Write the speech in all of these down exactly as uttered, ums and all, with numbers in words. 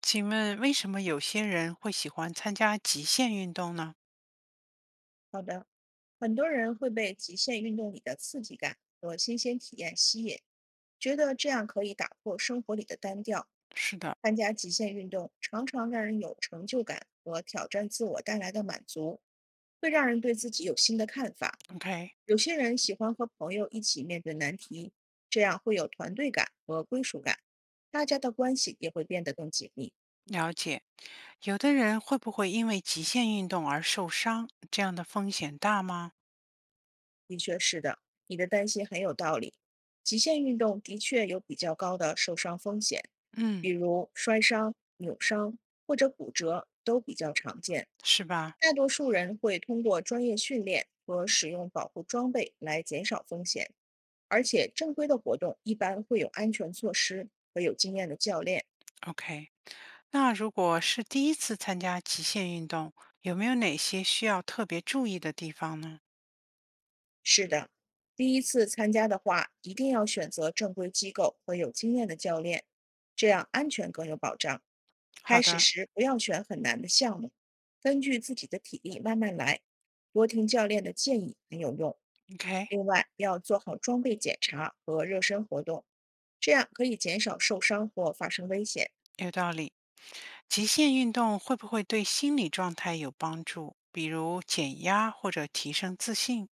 请问为什么有些人会喜欢参加极限运动呢？好的，很多人会被极限运动里的刺激感和新鲜体验吸引，觉得这样可以打破生活里的单调。是的，参加极限运动常常让人有成就感和挑战自我带来的满足，会让人对自己有新的看法。OK，有些人喜欢和朋友一起面对难题，这样会有团队感和归属感，大家的关系也会变得更紧密。了解。有的人会不会因为极限运动而受伤？这样的风险大吗？的确是的，你的担心很有道理。极限运动的确有比较高的受伤风险，比嗯，如摔伤、扭伤或者骨折都比较常见。是吧大多数人会通过专业训练和使用保护装备来减少风险，而且正规的活动一般会有安全措施和有经验的教练。？OK，那如果是第一次参加极限运动，有没有哪些需要特别注意的地方呢？是的，第一次参加的话，一定要选择正规机构和有经验的教练，这样安全更有保障。开好始的时不要选很难的项目，根据自己的体力慢慢来，多听教练的建议很有用。，OK，另外，要做好装备检查和热身活动，这样可以减少受伤或发生危险。有道理。极限运动会不会对心理状态有帮助？比如减压或者提升自信？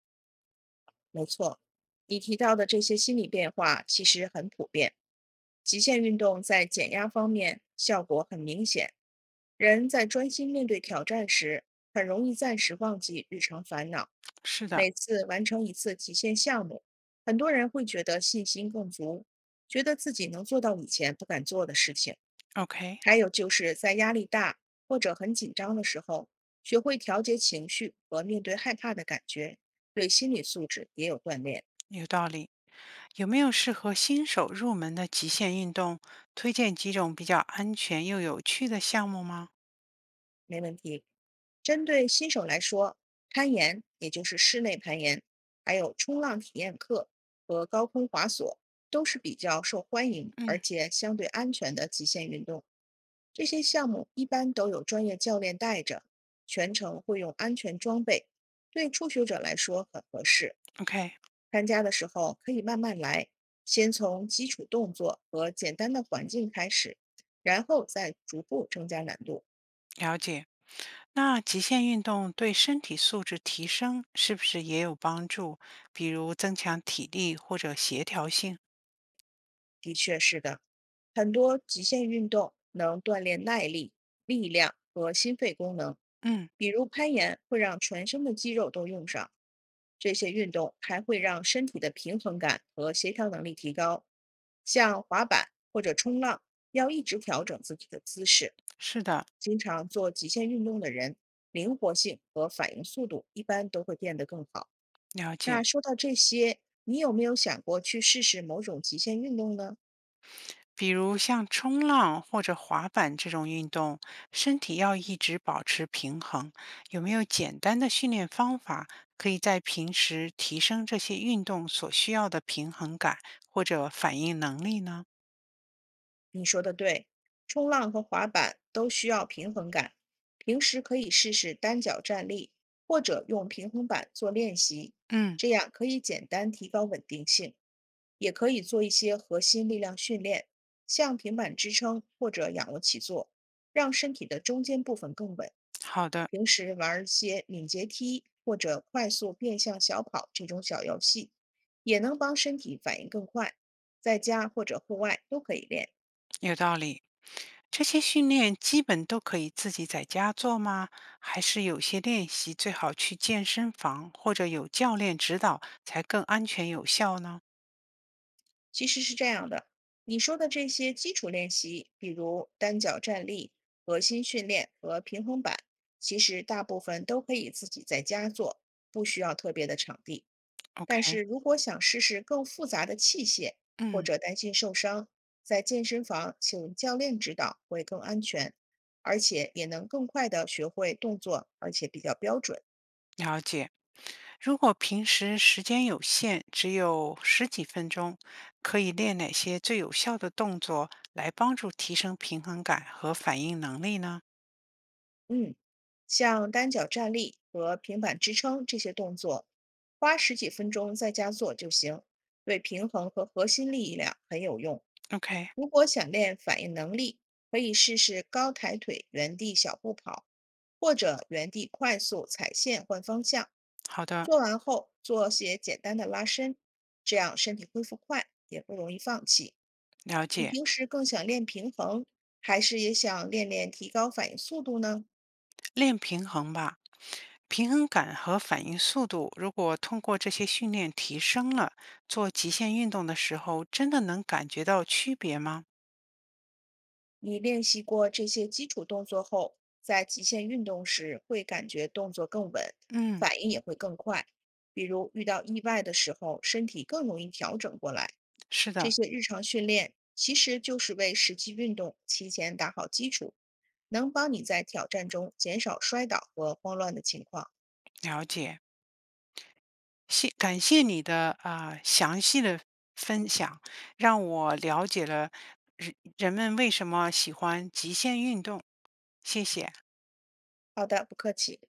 没错，你提到的这些心理变化其实很普遍，极限运动在减压方面效果很明显。人在专心面对挑战时，很容易暂时忘记日常烦恼。是的每次完成一次极限项目，很多人会觉得信心更足，觉得自己能做到以前不敢做的事情。，OK。还有就是在压力大或者很紧张的时候，学会调节情绪和面对害怕的感觉，对心理素质也有锻炼。有道理。有没有适合新手入门的极限运动？推荐几种比较安全又有趣的项目吗？没问题。针对新手来说，攀岩也就是室内攀岩，还有冲浪体验课和高空滑索都是比较受欢迎，而嗯且相对安全的极限运动。这些项目一般都有专业教练带着，全程会用安全装备，对初学者来说很合适。，OK，参加的时候可以慢慢来，先从基础动作和简单的环境开始，然后再逐步增加难度。了解。那极限运动对身体素质提升是不是也有帮助？比如增强体力或者协调性？的确是的，很多极限运动能锻炼耐力、力量和心肺功能，嗯，比如攀岩会让全身的肌肉都用上。这些运动还会让身体的平衡感和协调能力提高。像滑板或者冲浪，要一直调整自己的姿势。是的，经常做极限运动的人，灵活性和反应速度一般都会变得更好。了解。那说到这些，你有没有想过去试试某种极限运动呢？比如像冲浪或者滑板这种运动，身体要一直保持平衡。有没有简单的训练方法，可以在平时提升这些运动所需要的平衡感或者反应能力呢？你说的对，冲浪和滑板都需要平衡感。平时可以试试单脚站立，或者用平衡板做练习，嗯，这样可以简单提高稳定性。也可以做一些核心力量训练，像平板支撑或者仰卧起坐，让身体的中间部分更稳。好的，平时玩一些敏捷踢或者快速变向小跑这种小游戏，也能帮身体反应更快，在家或者户外都可以练。有道理。这些训练基本都可以自己在家做吗？还是有些练习最好去健身房或者有教练指导才更安全有效呢其实是这样的，你说的这些基础练习，比如单脚站立、核心训练和平衡板，其实大部分都可以自己在家做，不需要特别的场地。但是？OK，如果想试试更复杂的器械，或嗯，者担心受伤，在健身房请教练指导会更安全，而且也能更快的学会动作，而且比较标准。了解。如果平时时间有限，只有十几分钟，可以练哪些最有效的动作来帮助提升平衡感和反应能力呢嗯，像单脚站立和平板支撑这些动作，花十几分钟在家做就行，对平衡和核心力量很有用。？OK，如果想练反应能力，可以试试高抬腿、原地小步跑，或者原地快速踩线换方向。好的，做完后做些简单的拉伸，这样身体恢复快，也不容易放弃。了你解。平时更想练平衡，还是也想练练提高反应速度呢？练平衡吧，平衡感和反应速度，如果通过这些训练提升了，做极限运动的时候，真的能感觉到区别吗？你练习过这些基础动作后，在极限运动时会感觉动作更稳，嗯，反应也会更快。比如遇到意外的时候，身体更容易调整过来。是这的，些日常训练其实就是为实际运动提前打好基础，能帮你在挑战中减少摔倒和慌乱的情况。了解。谢感谢你的啊、呃详细的分享，让我了解了人人们为什么喜欢极限运动。谢谢。好的，不客气。